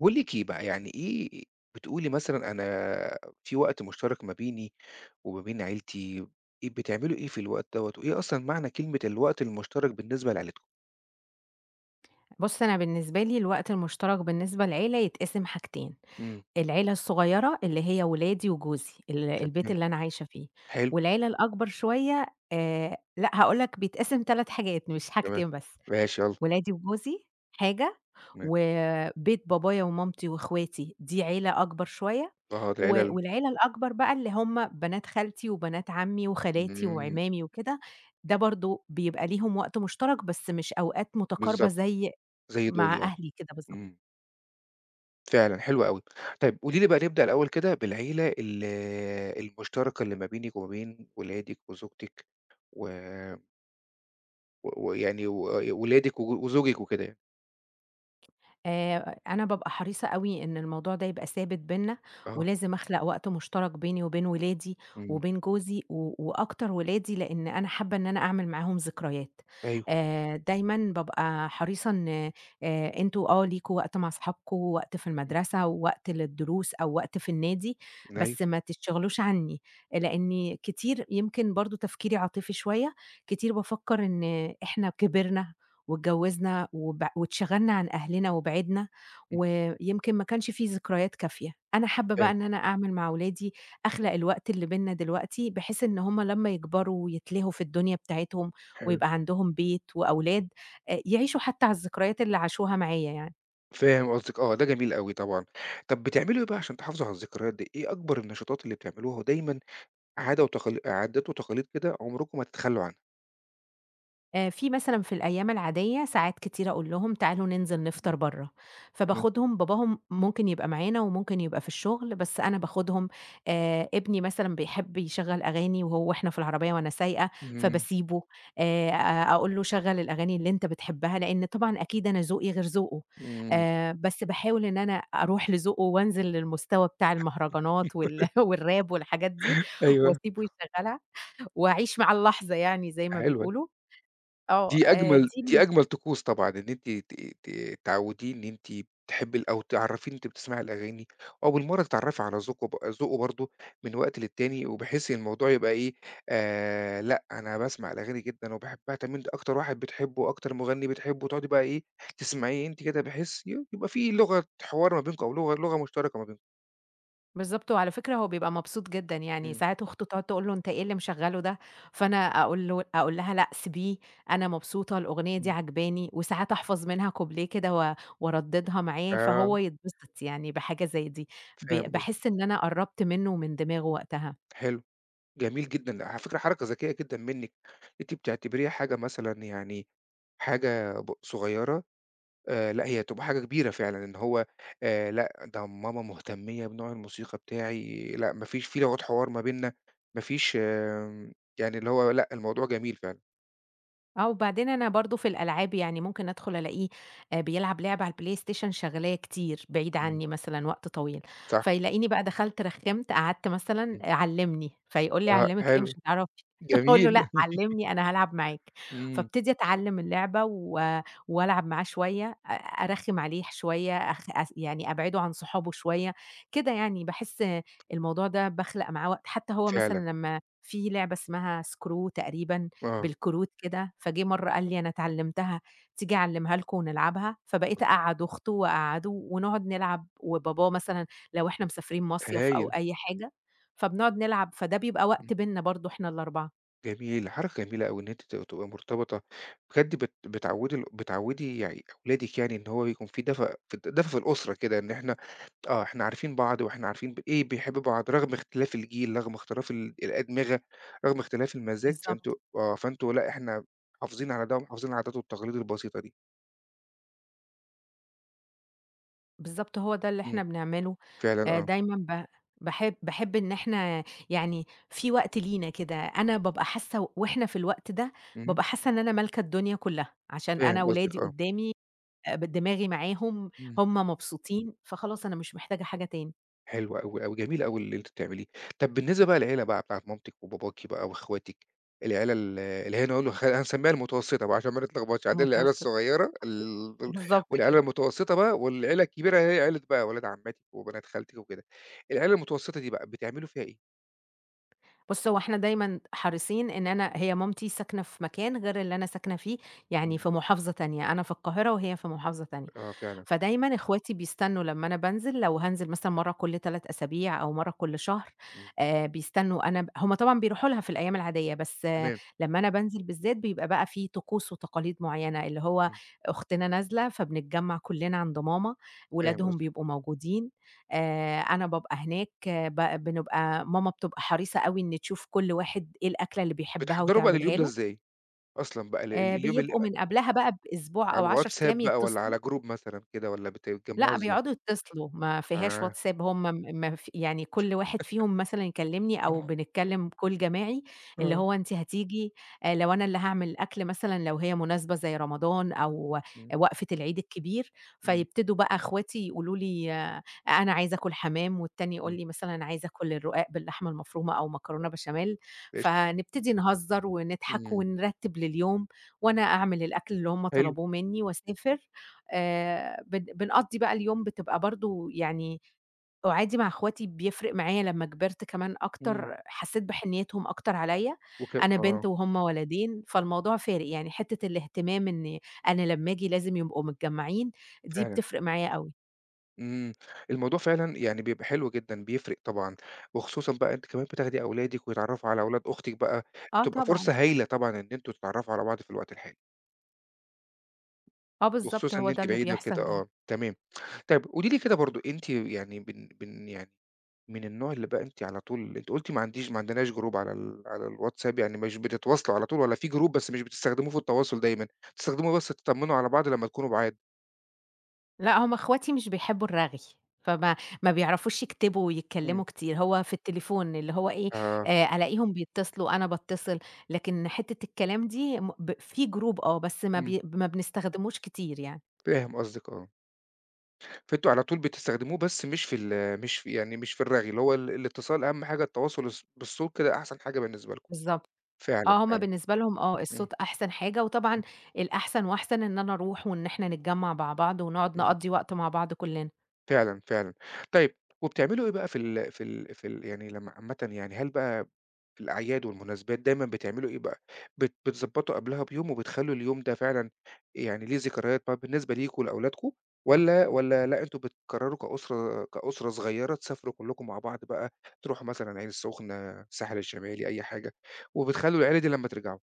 قولي لِك إيه بقى، يعني إيه بتقولي مثلًا أنا في وقت مشترك ما بيني وما بين عيلتي. إيه بتعملوا إيه في الوقت دوّة، وإيه أصلًا معنى كلمة الوقت المشترك بالنسبة لعيلتكم؟ بُص، أنا بالنسبة لي الوقت المشترك بالنسبة للعيلة يتقسم حاجتين. إمم. العيلة الصغيرة اللي هي ولادي وجوزي، البيت تمام. اللي أنا عايشة فيه، حلو. والعيلة الأكبر شوية. لأ، هاقول لك بيتقسم 3 حاجات مش تمام. حاجتين بس. ماشي يالّا. ولادي وجوزي حاجة، م وبيت بابايا ومامتي وأخواتي دي عيلة أكبر شوية، آه. و العيلة والعيلة الأكبر بقى اللي هم بنات خالتي وبنات عمي وخالاتي إمم. وعمامي وكده. ده برضه بيبقى ليهم وقت مشترك بس مش أوقات متقاربة بالضبط، زي زي دول مع يعني. أهلي كده بالضبط. إمم. فعلًا حلو أوي. طيب قولي لي بقى نبدأ الأول كده بالعيلة المشتركة اللي ما بينِك وما بين ولادِك وزوجتك و و ولادِك وزوجِك وكده يعني. أنا بابقى حريصة أوي إن الموضوع ده يبقى ثابت بيننا، آه. ولازم أخلق وقت مشترك بيني وبين ولادي إمم. وبين جوزي و وأكتر ولادي، لإن أنا حابة إن أنا أعمل معاهم ذكريات. أيوه. دايمًا بابقى حريصة إن أنتم آه ليكم وقت مع أصحابكم، ووقت في المدرسة، ووقت للدروس أو وقت في النادي، إمم. أيوه. بس ما تتشغلوش عني، لإني كتير يمكن برضه تفكيري عاطفي شوية. كتير بافكر إن إحنا كبرنا واتجوّزنا وب واتشغلنا عن أهلنا وبعدنا، إمم. ويمكن ما كانش في ذكريات كافية. أنا حابة بقى فاهم. إن أنا أعمل مع ولادي أخلق الوقت اللي بيننا دلوقتي، بحيث إن هُم لمّا يكبروا ويتلهوا في الدنيا بتاعتهم حلو. ويبقى عندهم بيت وأولاد، يعيشوا حتّى على الذكريات اللي عاشوها معايا يعني. فاهم قصدِك آه، ده جميل أوي طبعًا. طَب بتعملوا إيه بقى عشان تحافظوا على الذكريات دي؟ إيه أكبر النشاطات اللي بتعملوها ودايمًا عادة وتقال عادات وتقاليد كده عمركم ما تتخلّوا عنها؟ في مثلًا في الأيام العادية ساعات كتير أقول لهم تعالوا ننزل إمم. نفطر برّه، تمام. فباخدهم باباهم ممكن يبقى معانا وممكن يبقى في الشغل، بس أنا باخدهم. ابني مثلًا بيحب يشغّل أغاني وهو إحنا في العربية وأنا سايقة، إمم. فباسيبه. أ أقول له شغّل الأغاني اللي أنت بتحبها، لإن طبعًا أكيد أنا ذوقي غير ذوقه. إمم. بس باحاول إن أنا أروح لذوقه وأنزل للمستوى بتاع المهرجانات والراب والحاجات دي، أيوه. وأسيبه يشغّلها وأعيش مع اللحظة يعني زي ما حلوة بيقولوا. آه، دي أجمل دي دي من أجمل طقوس طبعًا، إن أنتِ ت ت تعوّديه إن أنتِ بتحبي أو تعرّفيه إن أنتِ بتسمعي الأغاني، أو بالمرّة تتعرّفي على ذوقه ذوقه برضه من وقت للتاني، وبحيث إن الموضوع يبقى إيه. لأ، أنا باسمع الأغاني جدًا وباحبها. طَب أنت أكتر واحد بتحبه، أكتر مغني بتحبه، تقعدي بقى إيه، تسمعيه أنتِ كده بحيث يبقى في لغة حوار ما بينكم أو لغة مشتركة ما بينكم. بالضبط، وعلى فكرة هو بيبقى مبسوط جدًا، يعني إمم. ساعات أخته تقعد تقول له: "أنت إيه اللي مشغّله ده؟" فأنا أقول لها: "لأ سيبيه، أنا مبسوطة، الأغنية دي إمم. عاجباني." وساعات أحفظ منها كوبليه كده و وارددها معاه، آه، فهو يتبسط يعني بحاجة زي دي. فاهم قصدِك. باحس إن أنا قرّبت منه ومن دماغه وقتها. حلو. جميل جدًا، على فكرة حركة ذكية جدًا منِّك. أنتِ بتعتبريها حاجة مثلًا يعني حاجة صغيرة. لأ هي تبقى حاجة كبيرة فعلًا، إن هو لأ ده ماما مهتمية بنوع الموسيقى بتاعي، لأ ما فيش في لغة حوار ما بيننا. ما فيش يعني اللي هو لأ الموضوع جميل فعلًا. آه، وبعدين أنا برضه في الألعاب يعني ممكن أدخل ألاقيه بيلعب لعبة على الPlayStation شغلاه كتير بعيد إمم. عني مثلًا وقت طويل، صح. فيلاقيني بقى دخلت رخّمت قعدت مثلًا إمم. آه، علّمني، فيقول لي آه أعلّمِك إيه حلو. مش هتعرفي. أقول له جميل. لأ علّمني أنا هالعب معاك، إمم. فابتدي أتعلّم اللعبة و وألعب معاه شوية، أرخّم عليه شوية، أخ أس يعني أبعده عن صحابه شوية. كده يعني باحس الموضوع ده باخلق معاه وقت. حتى هو فعلًا. مثلًا لمّا في لعبة اسمها Screw تقريبًا آه. بالكروت كده، فجه مرّة قال لي: "أنا اتعلّمتها، تيجي أعلّمها لكم ونلعبها." فبقيت أقعّد أخته وأقعّده ونقعد نلعب، وباباه مثلًا لو إحنا مسافرين مصيف أو هايل. أي حاجة، فبنقعد نلعب. فده بيبقى وقت بيننا برضه إحنا ال4. جميل، حركة جميلة أوي إن أنتِ تبقى مرتبطة، بجد بتعوّدي ال بتعوّدي يعني أولادِك يعني إن هو يكون في دفء في الأسرة كده، إن إحنا آه، إحنا عارفين بعض وإحنا عارفين إيه بيحب بعض، رغم اختلاف الجيل، رغم اختلاف الأدمغة، رغم اختلاف المزاج، فأنتم بالضبط. آه، فأنتم لأ إحنا محافظين على ده ومحافظين على العادات والتقاليد البسيطة دي. بالضبط، هو ده اللي إمم. إحنا بنعمله. فعلًا آه. دايمًا ب باحب إن إحنا يعني في وقت لينا كده. أنا بابقى حاسّة وإحنا في الوقت ده، اهم. بابقى حاسّة إن أنا مالكة الدنيا كُلّها، عشان أنا فاهم قصدِك ولادي آه. قدّامي. ب دماغي معاهم، إمم. هم مبسوطين، فخلاص أنا مش محتاجة حاجة تاني. حلو أوي، أوي، جميل أوي اللي أنتِ بتعمليه. طَب بالنسبة بقى للعيلة بقى بتاعة مامتِك وباباكِ بقى وأخواتِك، العيلة اللي هي نقول هنسميها المتوسطة بقى عشان ما نتلخبطش. عندنا وجهة العيلة قصدِك، الصغيرة ال ال بالضبط والعيلة كده. المتوسطة بقى، والعيلة الكبيرة هي عيلة بقى ولاد عماتِك وبنات خالتِك وكده. العيلة المتوسطة دي بقى بتعملوا فيها إيه؟ بُص، هو إحنا دايمًا حريصين إن أنا هي مامتي ساكنة في مكان غير اللي أنا ساكنة فيه، يعني إمم. في محافظة تانية، أنا في القاهرة وهي في محافظة تانية. آه فعلًا. فدايمًا إخواتي بيستنوا لمّا أنا بانزل، لو هانزل مثلًا مرّة كل 3 أسابيع أو مرّة كل شهر. إمم. بيستنوا أنا ب هُم طبعًا بيروحوا لها في الأيام العادية، بس آه تمام. لمّا أنا بانزل بالذات بيبقى بقى في طقوس وتقاليد معيّنة، اللي هو إمم. أختنا نازلة فبنتجمّع كلّنا عند ماما، فاهم ولادهم قصدك. بيبقوا موجودين. أنا بابقى هناك آه ب بنبقى ماما بتبقى حريصة أوي إن تشوف كل واحد إيه الأكلة اللي بيحبها بتحضّروا بقى لليوم وتعملها ده له. إزاي أصلًا بقى ال ال اليوم بيبقوا من قبلها بقى بأسبوع على أو 10 أيام الواتساب بقى والّا على يتصلوا. جروب مثلًا كده والّا بتتجمّعوا لأ، إزاي؟ بيقعدوا يتصلوا، ما فيهاش آه. WhatsApp. هم م ما في يعني كل واحد فيهم مثلًا يكلمني أو بنتكلم call جماعي، اللي آه. هو أنتِ هتيجي. لو أنا اللي هاعمل الأكل مثلًا لو هي مناسبة زي رمضان أو إمم. وقفة العيد الكبير، إمم. فيبتدوا بقى أخواتي يقولوا لي أنا عايزة آكل حمام، والتاني يقول إمم. لي مثلًا أنا عايز آكل الرقاق باللحمة المفرومة أو مكرونة بشاميل. قشطة. فنبتدي نهزر ونضحك إمم. ونرتب لليوم، وأنا أعمل الأكل اللي هم حلو. طلبوه مني وأسافر. بن بنقضّي بقى اليوم بتبقى برضه يعني قعادي مع أخواتي بيفرق معايا لمّا كبرت كمان إمم. أكتر، حسّيت بحنيّتهم أكتر عليّا. أنا آه. بنت وهُم ولدين، فالموضوع فارق، يعني حتّة الاهتمام إن أنا لمّا آجي لازم يبقوا متجمّعين، دي فعلًا. بتفرق معايا أوي. إمم. الموضوع فعلًا يعني بيبقى حلو جدًا، بيفرق طبعًا. وخصوصًا بقى أنتِ كمان بتاخدي أولادِك ويتعرّفوا على أولاد أختِك بقى، آه بتبقى طبعًا، فرصة هايلة طبعًا إن أنتم تتعرّفوا على بعض في الوقت الحالي، آه بالضبط، وخصوصًا إن هو ده أنتِ اللي بعيدة وكده بيحصل يعني. آه. تمام. طيب قولي لي كده برضه أنتِ يعني بن بن يعني من النوع اللي بقى أنتِ على طول أنتِ قُلتِ ما عنديش ما عندناش جروب على على الواتساب، يعني مش بتتواصلوا على طول والّا في جروب بس مش بتستخدموه في التواصل دايمًا، بتستخدموه بس تطمّنوا على بعض لمّا تكونوا بُعاد؟ لأ، هم أخواتي مش بيحبّوا الرغي، فما ما بيعرفوش يكتبوا إمم. ويتكلّموا كتير، هو في التليفون اللي هو إيه. آه. ألاقيهم بيتصلوا، أنا باتّصل، لكن حتّة الكلام دي م ب في جروب آه، بس إمم، ما بنستخدموش كتير يعني. فاهم قصدك آه. فأنتم على طول بتستخدموه بس مش في مش في يعني مش في الرغي، اللي هو الاتصال أهم حاجة التواصل بالصوت كده أحسن حاجة بالنسبة لكم. بالضبط. فعلًا، آه، هم فعلًا. بالنسبة لهم آه، إمم. الصوت أحسن حاجة وطبعًا إمم. الأحسن وأحسن إن أنا أروح وإن إحنا نتجمّع مع بعض ونقعد إمم. نقضّي وقت مع بعض كُلّنا. فعلًا، فعلًا. طيب وبتعملوا إيه بقى في ال في ال في ال يعني لمّا عامةً يعني هل بقى في الأعياد والمناسبات دايمًا بتعملوا إيه بقى، بتضبّطوا قبلها بيوم وبتخلّوا اليوم ده فعلًا يعني ليه ذكريات بقى بالنسبة ليكم ولأولادكم، والّا لأ أنتم بتقرروا كأسرة صغيّرة تسافروا كلّكم مع بعض بقى، تروحوا مثلًا العين السخنة، الساحل الشمالي، أي حاجة، وبتخلّوا العيلة دي لمّا ترجعوا؟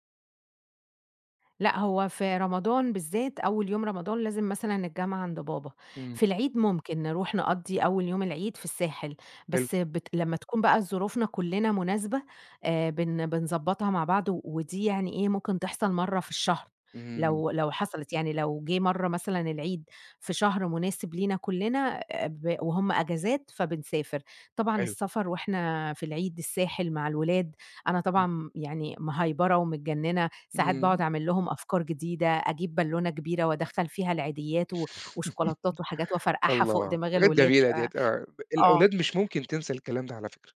لأ، هو في رمضان بالذات أول يوم رمضان لازم مثلًا الجامعة عند بابا. إمم. في العيد ممكن نروح نقضّي أول يوم العيد في الساحل، حلو. بس بت لمّا تكون بقى ظروفنا كلّنا مناسبة. بن بنضبّطها مع بعض، و- ودي يعني إيه ممكن تحصل مرّة في الشهر، إمم. لو حصلت يعني لو جه مرّة مثلًا العيد في شهر مناسب لينا كلّنا. ب وهُم أجازات فبنسافر. طبعًا أيوه. السفر وإحنا في العيد الساحل مع الولاد، أنا إمم. طبعًا يعني مهيبرة ومتجنّنة ساعات إمم. باقعد أعمل لهم أفكار جديدة، أجيب بالونة كبيرة وأدخّل فيها العيديات و وشوكولاتات وحاجات وأفرقعها فوق الله، دماغ حاجات الولاد ف جميلة ديّة آه. آه، الأولاد مش ممكن تنسى الكلام ده على فكرة.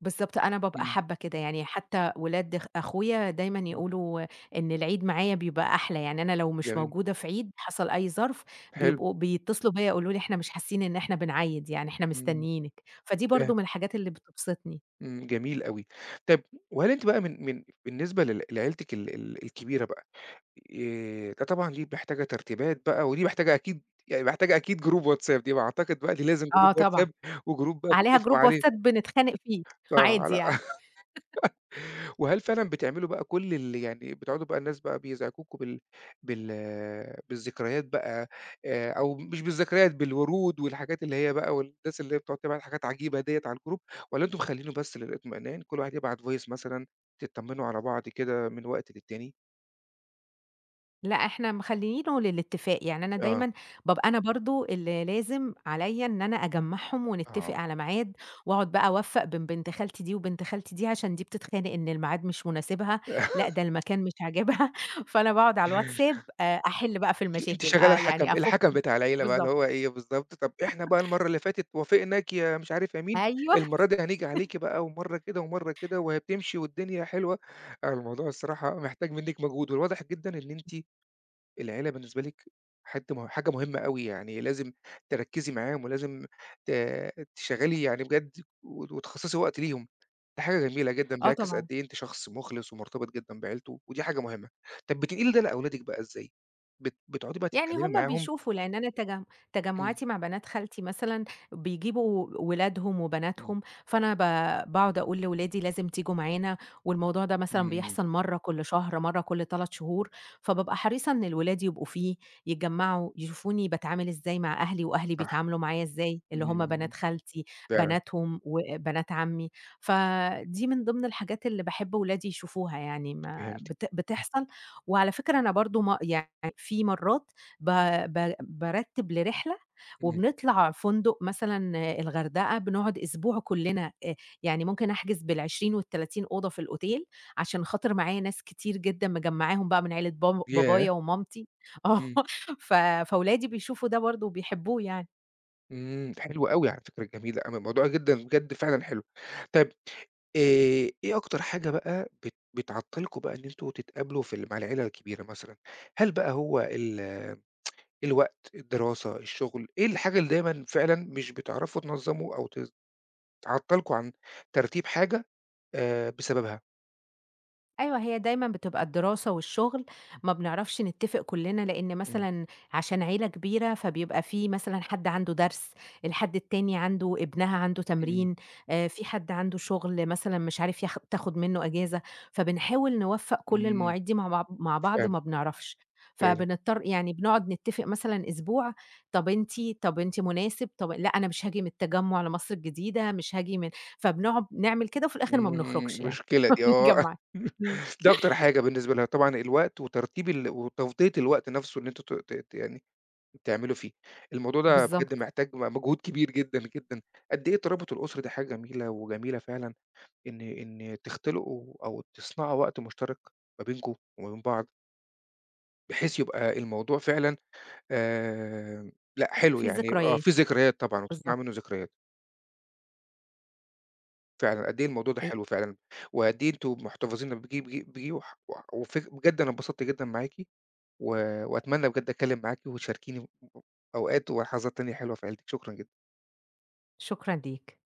بالضبط أنا بابقى إمم. حابة كده، يعني حتى ولاد أخويا دايمًا إمم. يقولوا إن العيد معايا بيبقى أحلى، يعني أنا لو مش جميل. موجودة في عيد حصل أي ظرف حلو. بيبقوا بيتصلوا بيّا يقولوا لي إحنا مش حاسين إن إحنا بنعيّد يعني إحنا إمم. مستنيينِك، فدي فاهم. برضه من الحاجات اللي بتبسطني. إمم، جميل أوي. طب وهل أنتِ بقى من من بالنسبة لعيلتِك ال ال الكبيرة بقى. ده طبعًا دي محتاجة ترتيبات بقى، ودي محتاجة أكيد يعني محتاجة أكيد جروب واتساب دي، ما أعتقد بقى دي لازم جروب آه طبعًا. واتساب وجروب بقى عليها بتتفقوا جروب عليه واتساب بنتخانق فيه آه. عادي على يعني. وهل فعلًا بتعملوا بقى كل ال يعني بتقعدوا بقى الناس بقى بيزعجوكوا بال بالذكريات بقى. أو مش بالذكريات، بالورود والحاجات اللي هي بقى والناس اللي هي بتقعد تبعت حاجات عجيبة ديّة على الجروب، والّا أنتم مخلّينه بس للاطمئنان كل واحد يبعت voice مثلًا تطمنوا على بعض كده من وقت للتاني؟ لأ، إحنا مخلّيينه للاتفاق، يعني أنا آه. دايمًا بابقى أنا برضه اللي لازم عليّا إن أنا أجمّعهم ونتفق آه. على ميعاد، وأقعد بقى أوفّق بين بنت خالتي دي وبنت خالتي دي، عشان دي بتتخانق إن الميعاد مش مناسبها، لأ، ده المكان مش عاجبها. فأنا باقعد على الواتساب أحِل بقى في أنتِ المشاكل، شغالة الحَكَم، يعني أفُك. الحَكَم بتاع العيلة بقى، اللي بالضبط، هو إيه بالضبط، "طَب إحنا بقى المَرّة اللي فاتت وافقناك يا مش عارف يا مين، أيوه، المَرّة دي هنيجي عليكِ بقى ومَرّة كده ومَرّة كده وهي بتمشي والدنيا حلوة." آه. الموضوع الصراحة محتاج منِّك مجهود، والواضح جدًا إن أنتِ العيلة بالنسبة لِك حد مه حاجة مهمة أوي، يعني لازم تركّزي معاهم ولازم ت تشغّلي يعني بجد وتخصّصي وقت ليهم. دي حاجة جميلة جدًا، آه بيعكس قد طبعًا. إيه أنتِ شخص مُخلص ومرتبط جدًا بعيلته، ودي حاجة مهمة. طَب بتنقلي ده لأولادِك بقى إزاي؟ بتقعدي بقى يعني تتكلمي هم معاهم. بيشوفوا لأن أنا إمم. تجمُّعاتي مع بنات خالتي مثلًا بيجيبوا ولادهم إمم. وبناتهم، فأنا ب باقعد أقول لولادي لازم تيجوا معانا، والموضوع ده مثلًا إمم. بيحصل مرّة كل شهر، مرّة كل 3 شهور. فبابقى حريصة إن الولاد يبقوا فيه، يتجمّعوا، يشوفوني باتعامل إزاي مع أهلي وأهلي صح. بيتعاملوا معايا إزاي، اللي هم إمم. بنات خالتي، فعلًا بناتهم وبنات عمي. فدي من ضمن الحاجات اللي باحب ولادي يشوفوها يعني ما فهمتِك. بت بتحصل. وعلى فكرة أنا برضه م يعني في مرّات ب ب بارتّب لرحلة إمم. وبنطلع فندق مثلًا آه، الغردقة بنقعد أسبوع كُلّنا. يعني ممكن أحجز بال20 وال30 أوضة في الأوتيل، عشان خاطر معايا ناس كتير جدًا مجمّعاهم بقى من عيلة ياه! بابايا ومامتي آه، إمم. ف فولادي بيشوفوا ده برضه وبيحبوه يعني. إمم. حلو أوي على فكرة، جميلة أوي، الموضوع جدًا بجد فعلًا حلو. طيب إيه أكتر حاجة بقى بتعطّلكم بقى إن أنتم تتقابلوا في مع العيلة الكبيرة مثلًا؟ هل بقى هو الوقت، الدراسة، الشغل، إيه الحاجة اللي دايمًا فعلًا مش بتعرفوا تنظّموا أو تعطّلكم عن ترتيب حاجة بسببها؟ أيوه، هي دايمًا بتبقى الدراسة والشغل، ما بنعرفش نتّفق كُلّنا، لإن إمم. مثلًا عشان عيلة كبيرة، فبيبقى في مثلًا حد عنده درس، الحد التاني عنده ابنها عنده إمم. تمرين. في حد عنده شغل مثلًا مش عارف تاخُد منّه إجازة، فبنحاول نوفّق كل إمم. المواعيد دي مع بعض فعلًا، ما بنعرفش، فعلًا. فبنضطر يعني بنقعد نتّفق مثلًا أسبوع. طَب أنتِ طَب أنتِ مناسب، طَب لأ أنا مش هاجي من التجمُّع لمصر الجديدة، مش هاجي من فبنقعد نعمل كده وفي الآخِر ما بنخرجش إمم، يعني، مشكلة ما دي آه. بنتجمّعش. دي أكتر حاجة بالنسبة لها طبعًا الوقت وترتيب وتفضية الوقت نَفْسه إن أنتم ت ت ت يعني تعملوا فيه. الموضوع ده بجد بالضبط، محتاج مجهود كبير جدًا، جدًا. قد إيه الترابط الأسري ده حاجة جميلة وجميلة فعلًا إن تختلقوا أو تصنعوا وقت مشترك ما بينكم وما بين بعض. بحيث يبقى الموضوع فعلًا آآ لأ حلو في يعني آه، ذكريات، في ذكريات طبعًا وتصنع بالضبط، منه ذكريات. فعلًا قد إيه الموضوع ده أ حلو فعلًا. وقد إيه أنتم محتفظين بيه وح وح وفك بجد أنا انبسطت جدًا معاكِ، و وأتمنى بجد أتكلم معاكِ وتشاركيني أوقات ولحظات تانية حلوة في عيلتِك. شكرًا جدًا. شكرًا ليك.